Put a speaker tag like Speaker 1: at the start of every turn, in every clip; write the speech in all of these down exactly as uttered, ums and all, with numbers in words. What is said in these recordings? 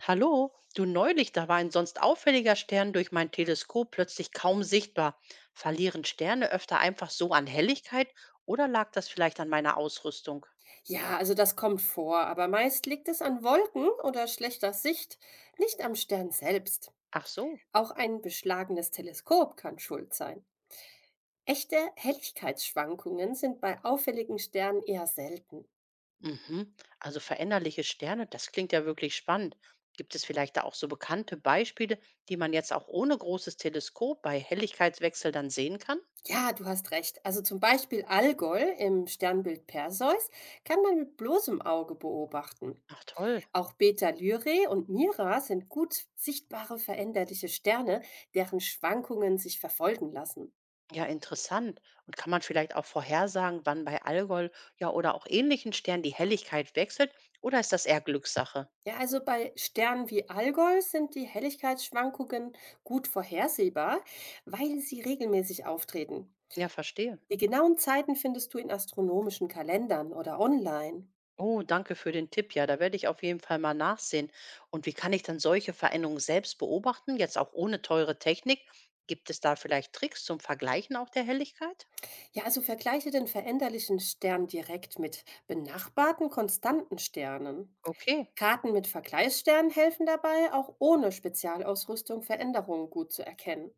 Speaker 1: Hallo, du neulich, da war ein sonst auffälliger Stern durch mein Teleskop plötzlich kaum sichtbar. Verlieren Sterne öfter einfach so an Helligkeit oder lag das vielleicht an meiner Ausrüstung?
Speaker 2: Ja, also das kommt vor, aber meist liegt es an Wolken oder schlechter Sicht, nicht am Stern selbst.
Speaker 1: Ach so,
Speaker 2: Auch ein beschlagenes Teleskop kann schuld sein. Echte Helligkeitsschwankungen sind bei auffälligen Sternen eher selten.
Speaker 1: mhm. Also veränderliche Sterne, das klingt ja wirklich spannend. Gibt es vielleicht da auch so bekannte Beispiele, die man jetzt auch ohne großes Teleskop bei Helligkeitswechsel dann sehen kann?
Speaker 2: Ja, du hast recht. Also zum Beispiel Algol im Sternbild Perseus kann man mit bloßem Auge beobachten.
Speaker 1: Ach toll.
Speaker 2: Auch Beta Lyrae und Mira sind gut sichtbare veränderliche Sterne, deren Schwankungen sich verfolgen lassen.
Speaker 1: Ja, interessant. Und kann man vielleicht auch vorhersagen, wann bei Algol, ja, oder auch ähnlichen Sternen die Helligkeit wechselt? Oder ist das eher Glückssache?
Speaker 2: Ja, also bei Sternen wie Algol sind die Helligkeitsschwankungen gut vorhersehbar, weil sie regelmäßig auftreten.
Speaker 1: Ja, verstehe.
Speaker 2: Die genauen Zeiten findest du in astronomischen Kalendern oder online.
Speaker 1: Oh, danke für den Tipp. Ja, da werde ich auf jeden Fall mal nachsehen. Und wie kann ich dann solche Veränderungen selbst beobachten, jetzt auch ohne teure Technik? Gibt es da vielleicht Tricks zum Vergleichen auch der Helligkeit?
Speaker 2: Ja, also vergleiche den veränderlichen Stern direkt mit benachbarten konstanten Sternen.
Speaker 1: Okay.
Speaker 2: Karten mit Vergleichssternen helfen dabei, auch ohne Spezialausrüstung Veränderungen gut zu erkennen.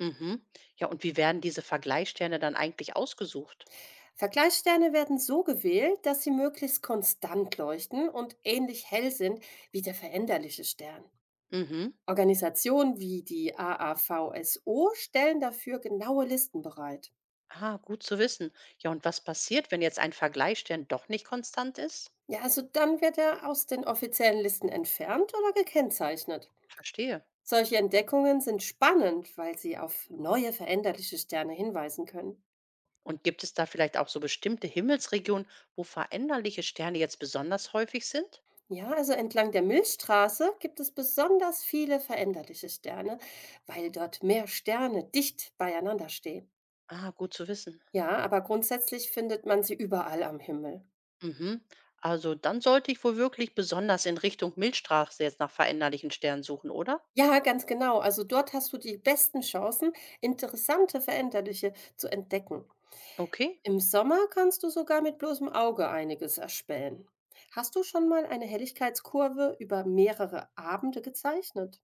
Speaker 1: Mhm. Ja, und wie werden diese Vergleichssterne dann eigentlich ausgesucht?
Speaker 2: Vergleichssterne werden so gewählt, dass sie möglichst konstant leuchten und ähnlich hell sind wie der veränderliche Stern.
Speaker 1: Mhm.
Speaker 2: Organisationen wie die A A V S O stellen dafür genaue Listen bereit.
Speaker 1: Ah, gut zu wissen. Ja, und was passiert, wenn jetzt ein Vergleichsstern doch nicht konstant ist?
Speaker 2: Ja, also dann wird er aus den offiziellen Listen entfernt oder gekennzeichnet.
Speaker 1: Verstehe.
Speaker 2: Solche Entdeckungen sind spannend, weil sie auf neue veränderliche Sterne hinweisen können.
Speaker 1: Und gibt es da vielleicht auch so bestimmte Himmelsregionen, wo veränderliche Sterne jetzt besonders häufig sind?
Speaker 2: Ja, also entlang der Milchstraße gibt es besonders viele veränderliche Sterne, weil dort mehr Sterne dicht beieinander stehen.
Speaker 1: Ah, gut zu wissen.
Speaker 2: Ja, aber grundsätzlich findet man sie überall am Himmel.
Speaker 1: Mhm. Also dann sollte ich wohl wirklich besonders in Richtung Milchstraße jetzt nach veränderlichen Sternen suchen, oder?
Speaker 2: Ja, ganz genau. Also dort hast du die besten Chancen, interessante veränderliche zu entdecken.
Speaker 1: Okay.
Speaker 2: Im Sommer kannst du sogar mit bloßem Auge einiges erspähen. Hast du schon mal eine Helligkeitskurve über mehrere Abende gezeichnet?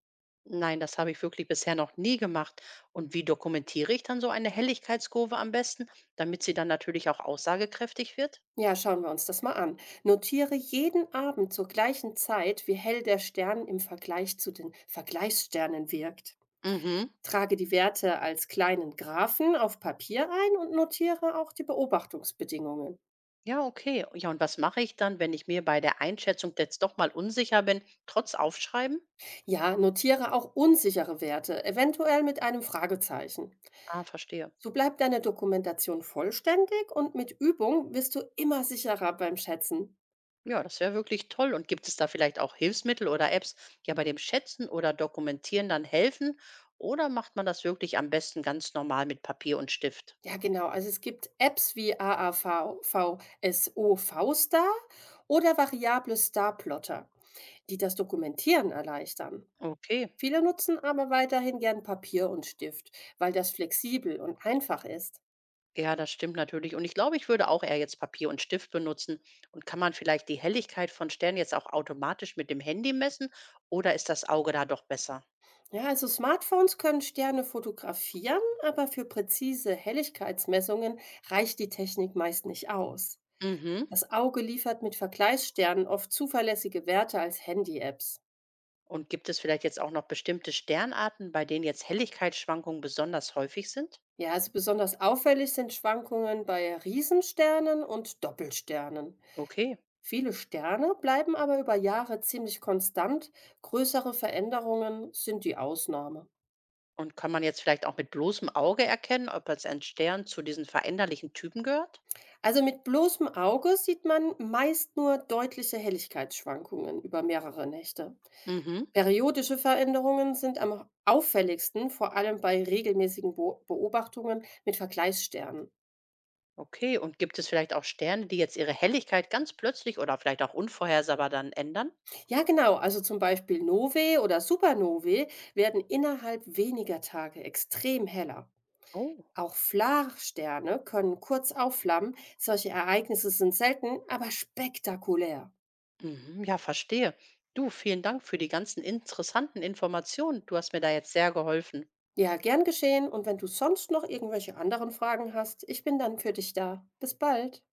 Speaker 1: Nein, das habe ich wirklich bisher noch nie gemacht. Und wie dokumentiere ich dann so eine Helligkeitskurve am besten, damit sie dann natürlich auch aussagekräftig wird?
Speaker 2: Ja, schauen wir uns das mal an. Notiere jeden Abend zur gleichen Zeit, wie hell der Stern im Vergleich zu den Vergleichssternen wirkt.
Speaker 1: Mhm.
Speaker 2: Trage die Werte als kleinen Graphen auf Papier ein und notiere auch die Beobachtungsbedingungen.
Speaker 1: Ja, okay. Ja, und was mache ich dann, wenn ich mir bei der Einschätzung jetzt doch mal unsicher bin, trotz Aufschreiben?
Speaker 2: Ja, notiere auch unsichere Werte, eventuell mit einem Fragezeichen.
Speaker 1: Ah, verstehe.
Speaker 2: So bleibt deine Dokumentation vollständig und mit Übung wirst du immer sicherer beim Schätzen.
Speaker 1: Ja, das wäre wirklich toll. Und gibt es da vielleicht auch Hilfsmittel oder Apps, die ja bei dem Schätzen oder Dokumentieren dann helfen? Oder macht man das wirklich am besten ganz normal mit Papier und Stift?
Speaker 2: Ja, genau. Also es gibt Apps wie A A V, V S O, V-Star oder variable Starplotter, die das Dokumentieren erleichtern.
Speaker 1: Okay,
Speaker 2: Viele nutzen aber weiterhin gern Papier und Stift, weil das flexibel und einfach ist.
Speaker 1: ja, das stimmt natürlich. Und ich glaube, ich würde auch eher jetzt Papier und Stift benutzen. Und kann man vielleicht die Helligkeit von Sternen jetzt auch automatisch mit dem Handy messen? Oder ist das Auge da doch besser?
Speaker 2: Ja, also Smartphones können Sterne fotografieren, aber für präzise Helligkeitsmessungen reicht die Technik meist nicht aus.
Speaker 1: Mhm.
Speaker 2: Das Auge liefert mit Vergleichssternen oft zuverlässige Werte als Handy-Apps.
Speaker 1: Und gibt es vielleicht jetzt auch noch bestimmte Sternarten, bei denen jetzt Helligkeitsschwankungen besonders häufig sind?
Speaker 2: Ja, also besonders auffällig sind Schwankungen bei Riesensternen und Doppelsternen.
Speaker 1: Okay.
Speaker 2: Viele Sterne bleiben aber über Jahre ziemlich konstant, größere Veränderungen sind die Ausnahme.
Speaker 1: Und kann man jetzt vielleicht auch mit bloßem Auge erkennen, ob jetzt ein Stern zu diesen veränderlichen Typen gehört?
Speaker 2: Also mit bloßem Auge sieht man meist nur deutliche Helligkeitsschwankungen über mehrere Nächte.
Speaker 1: Mhm.
Speaker 2: Periodische Veränderungen sind am auffälligsten, vor allem bei regelmäßigen Bo- Beobachtungen mit Vergleichssternen.
Speaker 1: Okay, und gibt es vielleicht auch Sterne, die jetzt ihre Helligkeit ganz plötzlich oder vielleicht auch unvorhersehbar dann ändern?
Speaker 2: Ja, genau. Also zum Beispiel Novae oder Supernovae werden innerhalb weniger Tage extrem heller.
Speaker 1: Oh,
Speaker 2: Auch Flachsterne können kurz aufflammen. Solche Ereignisse sind selten, aber spektakulär.
Speaker 1: mhm, ja, verstehe. Du, vielen Dank für die ganzen interessanten Informationen. Du hast mir da jetzt sehr geholfen.
Speaker 2: Ja, gern geschehen. Und wenn du sonst noch irgendwelche anderen Fragen hast, ich bin dann für dich da. Bis bald.